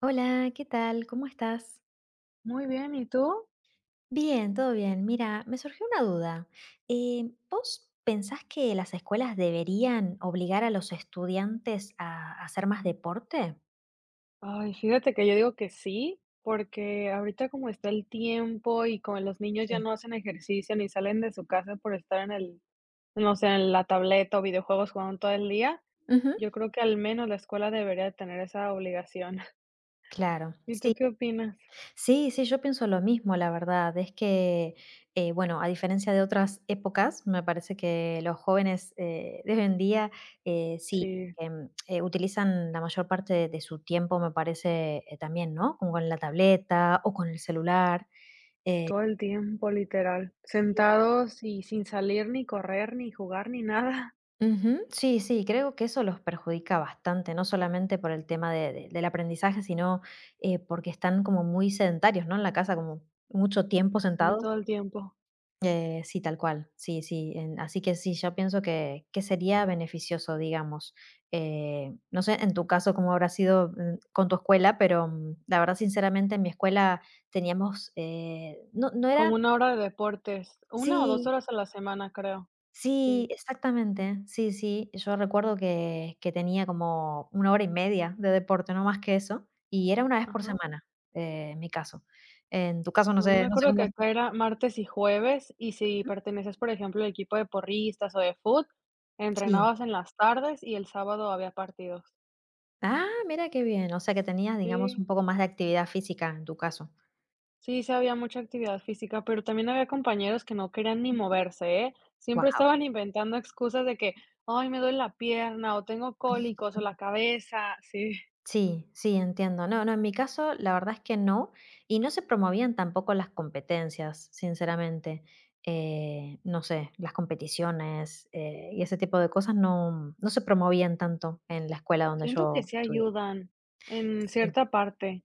Hola, ¿qué tal? ¿Cómo estás? Muy bien, ¿y tú? Bien, todo bien. Mira, me surgió una duda. ¿Vos pensás que las escuelas deberían obligar a los estudiantes a hacer más deporte? Ay, fíjate que yo digo que sí, porque ahorita como está el tiempo y como los niños ya Sí. no hacen ejercicio ni salen de su casa por estar en el, no sé, en la tableta o videojuegos jugando todo el día, Ujú. yo creo que al menos la escuela debería tener esa obligación. Claro, ¿Y tú sí. qué opinas? Sí, sí, yo pienso lo mismo, la verdad. Es que, bueno, a diferencia de otras épocas, me parece que los jóvenes de hoy en día, sí, Sí, utilizan la mayor parte de su tiempo, me parece también, ¿no? Como con la tableta o con el celular. eh, todo el tiempo, literal, sentados y sin salir ni correr ni jugar ni nada. Ujú. Sí, sí, creo que eso los perjudica bastante, no solamente por el tema del aprendizaje, sino porque están como muy sedentarios, ¿no? En la casa, como mucho tiempo Sí, sentados. todo el tiempo. Sí, tal cual, sí, sí, en así que sí, yo pienso que sería beneficioso, digamos. No sé en tu caso cómo habrá sido, con tu escuela, pero, la verdad, sinceramente, en mi escuela teníamos, no era. Como una hora de deportes, una o dos Sí, horas a la semana, creo. sí, Sí, exactamente, sí, sí, yo recuerdo que tenía como una hora y media de deporte, no más que eso, y era una vez por ajá. semana, en mi caso. En tu caso, no No, yo sé me no sé acuerdo que cómo. acá era martes y jueves, y si pertenecías, por ejemplo, al equipo de porristas o de fútbol Sí. entrenabas en las tardes y el sábado había partidos. Ah, mira qué bien. O sea, que tenías, digamos, Sí, un poco más de actividad física en tu caso. sí, sí había mucha actividad física, pero también había compañeros que no querían ni Ujú. moverse, ¿eh? Siempre Wow. estaban inventando excusas de que ay, me duele la pierna, o tengo cólicos, o la cabeza. Sí, Sí, sí, entiendo. No, no, en mi caso la verdad es que no, y no se promovían tampoco las competencias, sinceramente. No sé, las competiciones y ese tipo de cosas no, no se promovían tanto en la escuela donde siento que yo sí estudié. ayudan en Sí. cierta parte.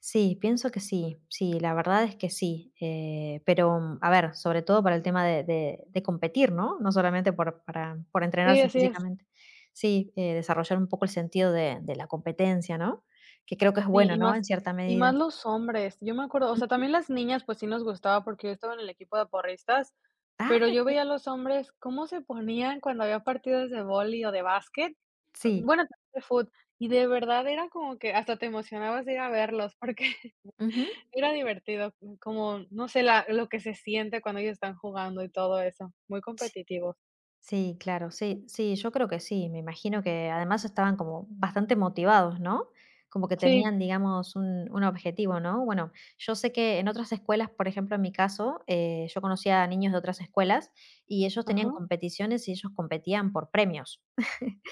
Sí, pienso que sí, sí, la verdad es que sí, pero, a ver, sobre todo para el tema de competir, ¿no? No solamente por Sí, entrenarse así es. físicamente. Sí, desarrollar un poco el sentido de la competencia, ¿no? Que creo que es Sí, bueno, y ¿no? más En cierta y más medida. los hombres. Yo me acuerdo, o sea, Ujú. también las niñas, pues sí nos gustaba porque yo estaba en el equipo de porristas, Ah, pero qué yo bien. veía a los hombres cómo se ponían cuando había partidos de vóley o de básquet, ah, Sí. bueno, también de fútbol y de verdad era como que hasta te emocionabas de ir a verlos porque era divertido, como, no sé, la lo que se siente cuando ellos están jugando y todo eso, muy competitivos. Sí, claro, sí, sí, yo creo que sí, me imagino que además estaban como bastante motivados, ¿no? Como que Sí, tenían, digamos, un objetivo, ¿no? Bueno, yo sé que en otras escuelas, por ejemplo, en mi caso, yo conocía a niños de otras escuelas y ellos tenían ajá. competiciones y ellos competían por premios.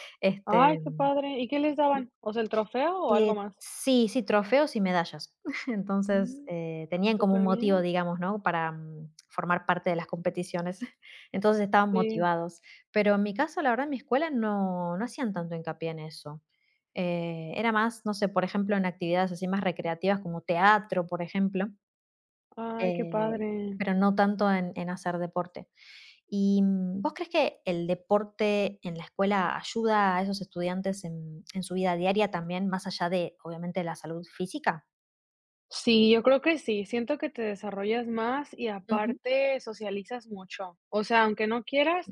Ay, Este, qué padre, ¿y qué les daban? O sea, ¿el trofeo o algo más? sí, sí, trofeos y medallas. Entonces, Mm, tenían como un súper motivo, bien, digamos, ¿no? Para formar parte de las competiciones. Entonces, estaban sí. motivados. Pero en mi caso, la verdad, en mi escuela no, no hacían tanto hincapié en eso. Era más, no sé, por ejemplo, en actividades así más recreativas como teatro, por ejemplo, Ay, qué eh, padre. pero no tanto en hacer deporte. ¿Y vos crees que el deporte en la escuela ayuda a esos estudiantes en su vida diaria también, más allá de, obviamente, la salud física? Sí, yo creo que sí. Siento que te desarrollas más y Ujú, aparte socializas mucho. O sea, aunque no quieras,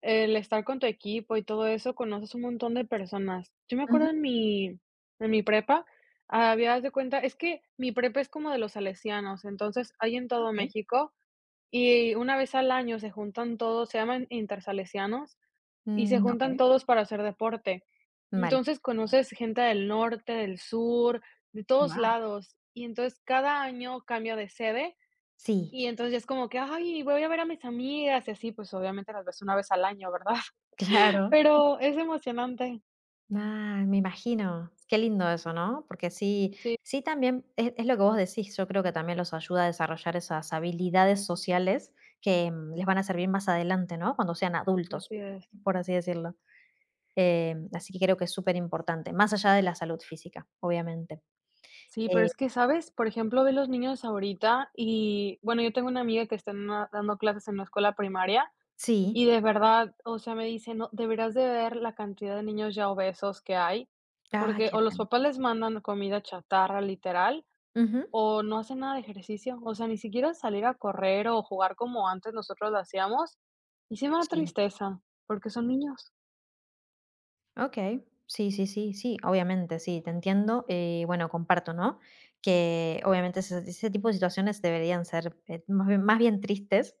el estar con tu equipo y todo eso, conoces un montón de personas. Yo me acuerdo ujú, en mi prepa, había, haz de cuenta, es que mi prepa es como de los salesianos, entonces hay en todo ok. México y una vez al año se juntan todos, se llaman intersalesianos y se Mm, ok. juntan todos para hacer deporte. Vale. Entonces, conoces gente del norte, del sur, de todos Wow. lados. Y entonces cada año cambia de sede Sí, y entonces ya es como que, ay, voy a ver a mis amigas y así, pues obviamente las ves una vez al año, ¿verdad? claro. Pero es emocionante. Ah, me imagino. Qué lindo eso, ¿no? Porque sí, Sí, sí también es lo que vos decís. Yo creo que también los ayuda a desarrollar esas habilidades sociales que les van a servir más adelante, ¿no? Cuando sean adultos, así es. por así decirlo. Así que creo que es súper importante más allá de la salud física, obviamente. Sí, pero Eh, es que, ¿sabes? Por ejemplo, ve los niños ahorita y, bueno, yo tengo una amiga que está dando clases en una escuela primaria. sí. Y de verdad, o sea, me dice: "No, deberías de ver la cantidad de niños ya obesos que hay", Ah, porque qué o los pena. papás les mandan comida chatarra, literal, Ujú. o no hacen nada de ejercicio, o sea, ni siquiera salir a correr o jugar como antes nosotros lo hacíamos. Y sí me da Sí. tristeza, porque son niños. Okey. Sí, sí, sí, sí, obviamente, sí, te entiendo. Y bueno, comparto, ¿no? Que obviamente ese tipo de situaciones deberían ser, más bien tristes.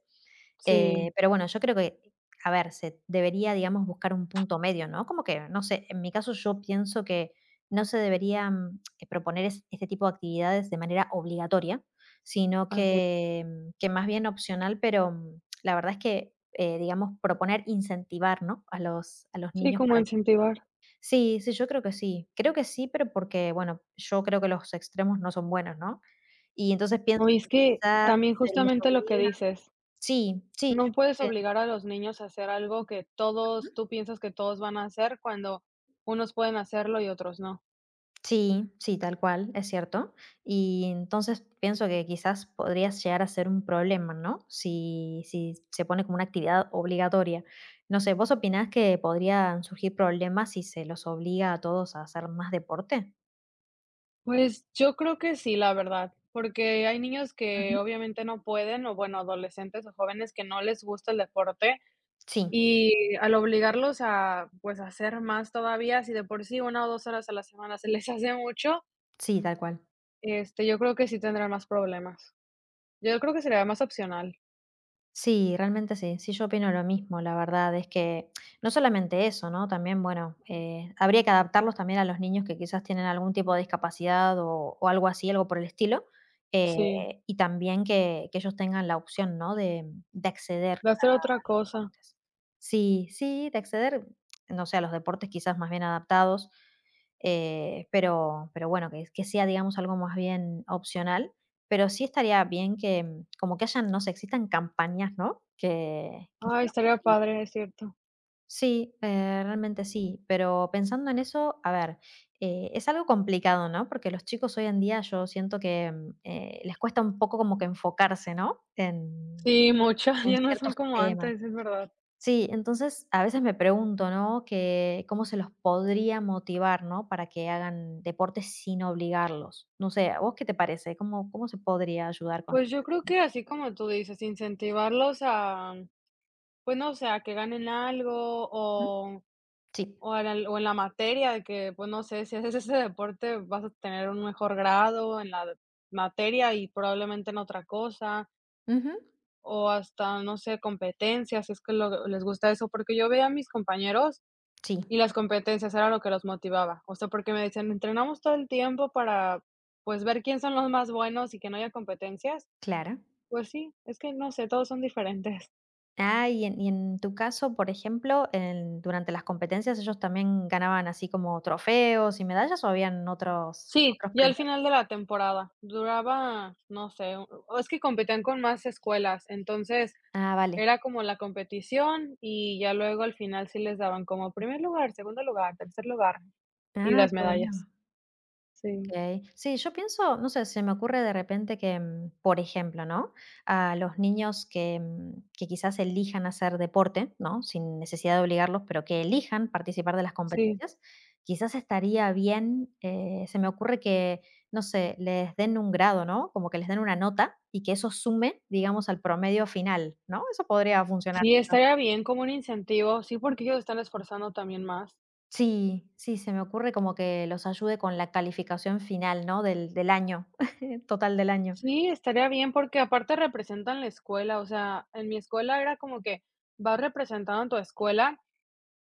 Sí, Pero bueno, yo creo que, a ver, se debería, digamos, buscar un punto medio, ¿no? Como que, no sé, en mi caso yo pienso que no se deberían, proponer es este tipo de actividades de manera obligatoria, sino así. que más bien opcional, pero la verdad es que, digamos, proponer incentivar, ¿no? A los Sí, niños como para que. incentivar. Sí, sí, yo creo que sí. Creo que sí, pero porque, bueno, yo creo que los extremos no son buenos, ¿no? Y entonces pienso No, y es que que quizás también se los justamente lo que obliga. dices, Sí, sí, no yo pienso puedes que. obligar a los niños a hacer algo que Ujú. todos tú piensas que todos van a hacer, cuando unos pueden hacerlo y otros no. Sí, sí, tal cual, es cierto. Y entonces pienso que quizás podría llegar a ser un problema, ¿no? Si se pone como una actividad obligatoria. No sé, ¿vos opinás que podrían surgir problemas si se los obliga a todos a hacer más deporte? Pues, yo creo que sí, la verdad, porque hay niños que Ujú. obviamente no pueden, o bueno, adolescentes o jóvenes que no les gusta el deporte, Sí, y al obligarlos a, pues, a hacer más todavía, si de por sí una o 2 horas a la semana se les hace mucho, sí, tal cual. este, yo creo que sí tendrán más problemas. Yo creo que sería más opcional. Sí, realmente sí. Sí, yo opino lo mismo. La verdad es que no solamente eso, ¿no? También, bueno, habría que adaptarlos también a los niños que quizás tienen algún tipo de discapacidad o algo así, algo por el estilo. eh, Sí, y también que ellos tengan la opción, ¿no? De acceder de hacer otra cosa. deportes. Sí, sí, de acceder, no sé, a los deportes quizás más bien adaptados, pero bueno, que sea, digamos, algo más bien opcional. Pero sí estaría bien que, como que hayan, no sé, existan campañas, ¿no? Que Ay, se los estaría motive. padre, es cierto. Sí, realmente sí, pero pensando en eso, a ver, es algo complicado, ¿no? Porque los chicos hoy en día yo siento que les cuesta un poco como que enfocarse, ¿no? En, Sí, mucho, en ya no son ciertos como temas. antes, es verdad. Sí, entonces a veces me pregunto, ¿no? Que cómo se los podría motivar, ¿no? Para que hagan deporte sin obligarlos. No sé, ¿a vos qué te parece? ¿Cómo se podría ayudar con Pues, yo este creo tema? que así como tú dices, incentivarlos a... Pues no, o sea, que ganen algo Ujú. o Sí. o en el o en la materia de que, pues, no sé, si haces ese deporte vas a tener un mejor grado en la de- materia y probablemente en otra cosa, Ujú. o hasta, no sé, competencias, si es que lo les gusta eso, porque yo veía a mis compañeros Sí, y las competencias era lo que los motivaba, o sea, porque me decían: "Entrenamos todo el tiempo para, pues, ver quién son los más buenos y que no haya competencias". claro. Pues sí, es que no sé, todos son diferentes. Ah, y y en tu caso, por ejemplo, durante las competencias ellos también ganaban así como trofeos y medallas o habían otros, Sí, otros ya al premios. final de la temporada. Duraba, no sé, o es que competían con más escuelas, entonces Ah, vale. era como la competición y ya luego al final sí les daban como primer lugar, segundo lugar, tercer lugar y Ah, las qué medallas. bueno. Sí, Okey. Sí, yo pienso, no sé, se me ocurre de repente que, por ejemplo, ¿no? A los niños que quizás elijan hacer deporte, ¿no? Sin necesidad de obligarlos, pero que elijan participar de las sí, competencias, quizás estaría bien, se me ocurre que, no sé, les den un grado, ¿no? Como que les den una nota y que eso sume, digamos, al promedio final, ¿no? Eso podría funcionar. sí, estaría bien como un incentivo, sí, porque ellos están esforzando también más. Sí, sí, se me ocurre como que los ayude con la calificación final, ¿no? Del año, total del año. Sí, estaría bien porque aparte representan la escuela, o sea, en mi escuela era como que vas representando a tu escuela.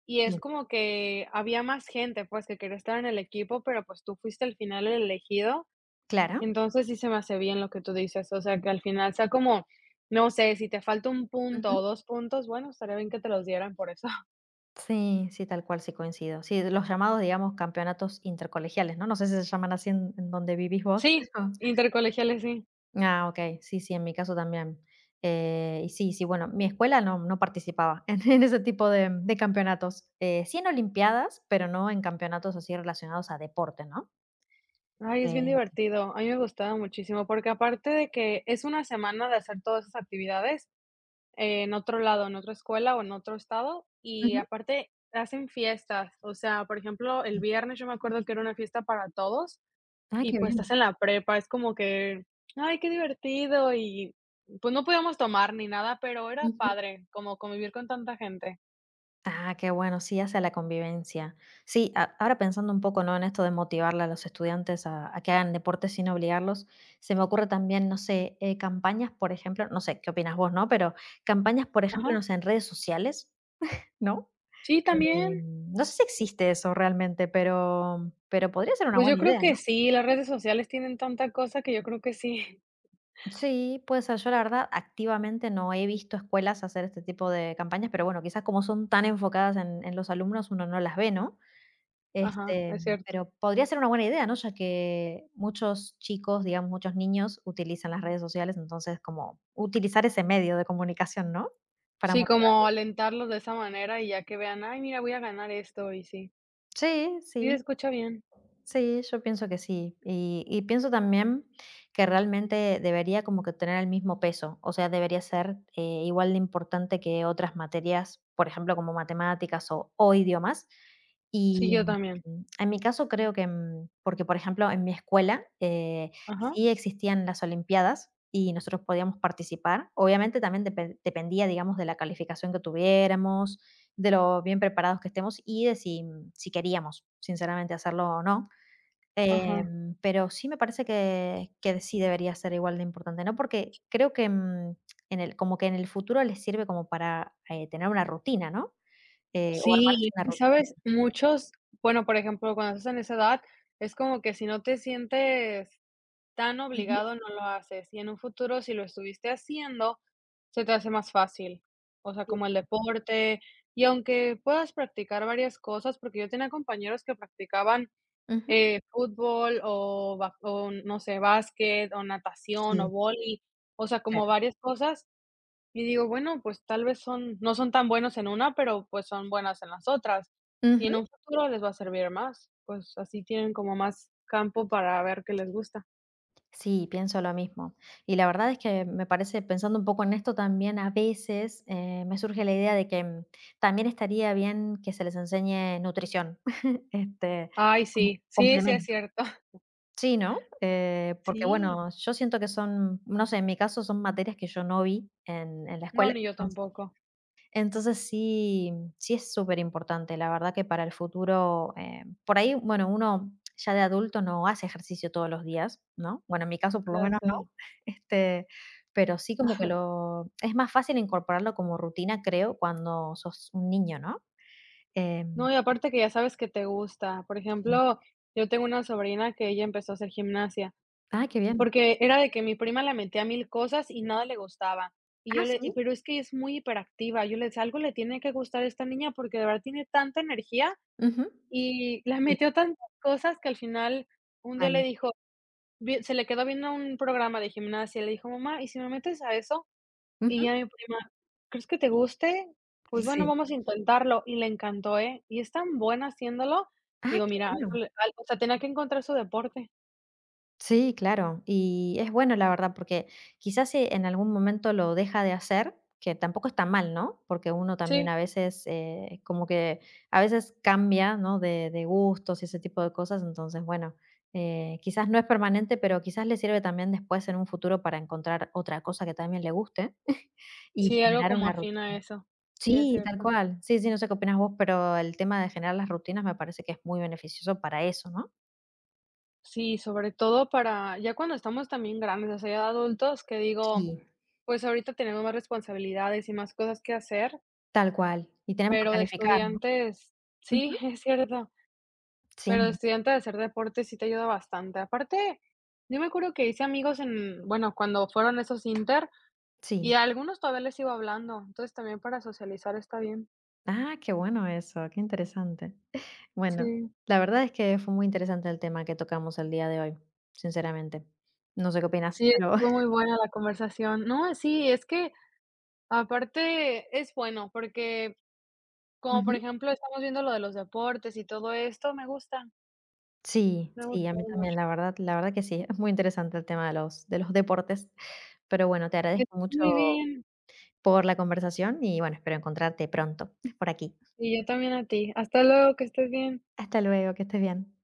Y es Sí. como que había más gente, pues, que quería estar en el equipo, pero, pues, tú fuiste al final el elegido. Claro. Entonces, sí se me hace bien lo que tú dices, o sea, que al final sea como, no sé, si te falta un punto Ujú. o 2 puntos, bueno, estaría bien que te los dieran por eso. Sí, sí, tal cual, sí coincido. Sí, de los llamados, digamos, campeonatos intercolegiales, ¿no? No sé si se llaman así en donde vivís vos. Sí, Ajá. intercolegiales, sí. Ah, ok, sí, sí, en mi caso también. Y sí, sí, bueno, mi escuela no, no participaba en ese tipo de campeonatos. Sí en Olimpiadas, pero no en campeonatos así relacionados a deporte, ¿no? Ay, es bien Eh, divertido. A mí me gustaba muchísimo, porque aparte de que es una semana de hacer todas esas actividades, en otro lado, en otra escuela o en otro estado, y Ujú. aparte hacen fiestas, o sea, por ejemplo, el Sí. viernes yo me acuerdo que era una fiesta para todos Ah, y, qué pues, estás bien. en la prepa, es como que, ay, qué divertido y, pues, no podíamos tomar ni nada, pero era padre como convivir con tanta gente. Ah, qué bueno, sí, hacia la convivencia. Sí, ahora pensando un poco, ¿no? En esto de motivarle a los estudiantes a que hagan deporte sin obligarlos, se me ocurre también, no sé, campañas, por ejemplo, no sé, ¿qué opinas vos, no? Pero campañas, por ejemplo, Ajá. no sé, en redes sociales, ¿no? Sí, Eh, también. no sé si existe eso realmente, pero podría ser una Pues, yo buena creo idea, que ¿no? sí, las redes sociales tienen tanta cosa que yo creo que sí. Sí, puede ser. Yo la verdad activamente no he visto escuelas hacer este tipo de campañas, pero bueno, quizás como son tan enfocadas en los alumnos, uno no las ve, ¿no? Ajá, Este, es cierto. pero podría ser una buena idea, ¿no? Ya que muchos chicos, digamos, muchos niños utilizan las redes sociales, entonces como utilizar ese medio de comunicación, ¿no? Para Sí, motivar. como alentarlos de esa manera y ya que vean: "Ay, mira, voy a ganar esto", y sí. Sí, Sí, se sí. escucha bien. Sí, yo pienso que sí. Y pienso también que realmente debería como que tener el mismo peso, o sea, debería ser igual de importante que otras materias, por ejemplo, como matemáticas o idiomas. Sí, Y yo también. En mi caso creo que, porque por ejemplo, en mi escuela Ajá, sí existían las Olimpiadas y nosotros podíamos participar. Obviamente también dependía, digamos, de la calificación que tuviéramos, de lo bien preparados que estemos y de si queríamos, sinceramente, hacerlo o no. ajá. Pero sí me parece que sí debería ser igual de importante, ¿no? Porque creo que, en el futuro les sirve como para, tener una rutina, ¿no? O Sí, armarse es una que, rutina. ¿sabes? Muchos, bueno, por ejemplo, cuando estás en esa edad, es como que si no te sientes tan Ujú, obligado, no lo haces. Y en un futuro, si lo estuviste haciendo, se te hace más fácil. O sea, sí. como el deporte, y aunque puedas practicar varias cosas, porque yo tenía compañeros que practicaban, Ujú. Fútbol o ba o no sé, básquet o natación o Sí, vóley, o sea, como claro. varias cosas. Y digo, bueno, pues tal vez son no son tan buenos en una, pero pues son buenas en las otras, y en Ujú. un futuro les va a servir más, pues así tienen como más campo para ver qué les gusta. Sí, pienso lo mismo. Y la verdad es que me parece, pensando un poco en esto también, a veces, me surge la idea de que, también estaría bien que se les enseñe nutrición, este, Ay, como sí, sí, sí es complemento. cierto. Sí, ¿no? Porque, Sí, bueno, yo siento que son, no sé, en mi caso son materias que yo no vi en la no, escuela. ni yo Entonces, tampoco, entonces sí, sí es súper importante, la verdad que para el futuro, por ahí, bueno, uno ya de adulto no hace ejercicio todos los días, ¿no? Bueno, en mi caso por lo ya menos no, sé. este, pero sí como que es más fácil incorporarlo como rutina, creo, cuando sos un niño, ¿no? Em, No, y aparte que ya sabes que te gusta. Por sí. ejemplo, yo tengo una sobrina que ella empezó a hacer gimnasia. Ah, qué bien. Porque era de que mi prima la metía a mil cosas y nada le gustaba. Y Ah, yo le y sí. Pero es que es muy hiperactiva. Yo le decía: "Algo le tiene que gustar a esta niña, porque de verdad tiene tanta energía", Ujú. y la Sí, metió tantas cosas que al final un día le vale. dijo vi se le quedó viendo un programa de gimnasia, y le dijo: "Mamá, ¿y si me metes a eso?". Y Ujú. ya mi prima: "¿Crees que te guste? Pues bueno, Sí. vamos a intentarlo". Y le encantó, ¿eh? Y es tan buena haciéndolo. Ah, Digo, qué mira, algo bueno. le al o sea, tenía que encontrar su deporte. Sí, claro. Y es bueno, la verdad, porque quizás si en algún momento lo deja de hacer, que tampoco está mal, ¿no? Porque uno también Sí. a veces, como que a veces cambia, ¿no? De gustos y ese tipo de cosas. Entonces, bueno, quizás no es permanente, pero quizás le sirve también después en un futuro para encontrar otra cosa que también le guste y Sí, algo generar como una afín a rutina. eso. Sí, es Sí, tal cierto. cual. Sí, sí, no sé qué opinas vos, pero el tema de generar las rutinas me parece que es muy beneficioso para eso, ¿no? Sí, sobre todo para ya cuando estamos también grandes, o sea, ya adultos, que digo, Sí. pues, ahorita tenemos más responsabilidades y más cosas que hacer, Tal cual, y tenemos que pero de planificar, ¿no? estudiantes Ujú. sí, es cierto, pero de Sí, estudiante de hacer deporte sí te ayuda bastante. Aparte, yo me acuerdo que hice amigos en bueno, cuando fueron esos inter, y sí. a algunos todavía les sigo hablando, entonces también para socializar está bien. Ah, qué bueno eso, qué interesante. Bueno, Sí, la verdad es que fue muy interesante el tema que tocamos el día de hoy, sinceramente. No sé qué opinas, sí, pero estuvo muy buena la conversación. No, sí, es que... Aparte, es bueno, porque como, por Ujú. ejemplo, estamos viendo lo de los deportes y todo esto, me gusta, Sí, me ha sí, a mí gustado también, mucho. La verdad que sí, es muy interesante el tema de los deportes. Pero bueno, te Que estés agradezco muy mucho bien, por la conversación y, bueno, espero encontrarte pronto por aquí. y yo también a ti. Hasta luego, que estés bien. Hasta luego, que estés bien.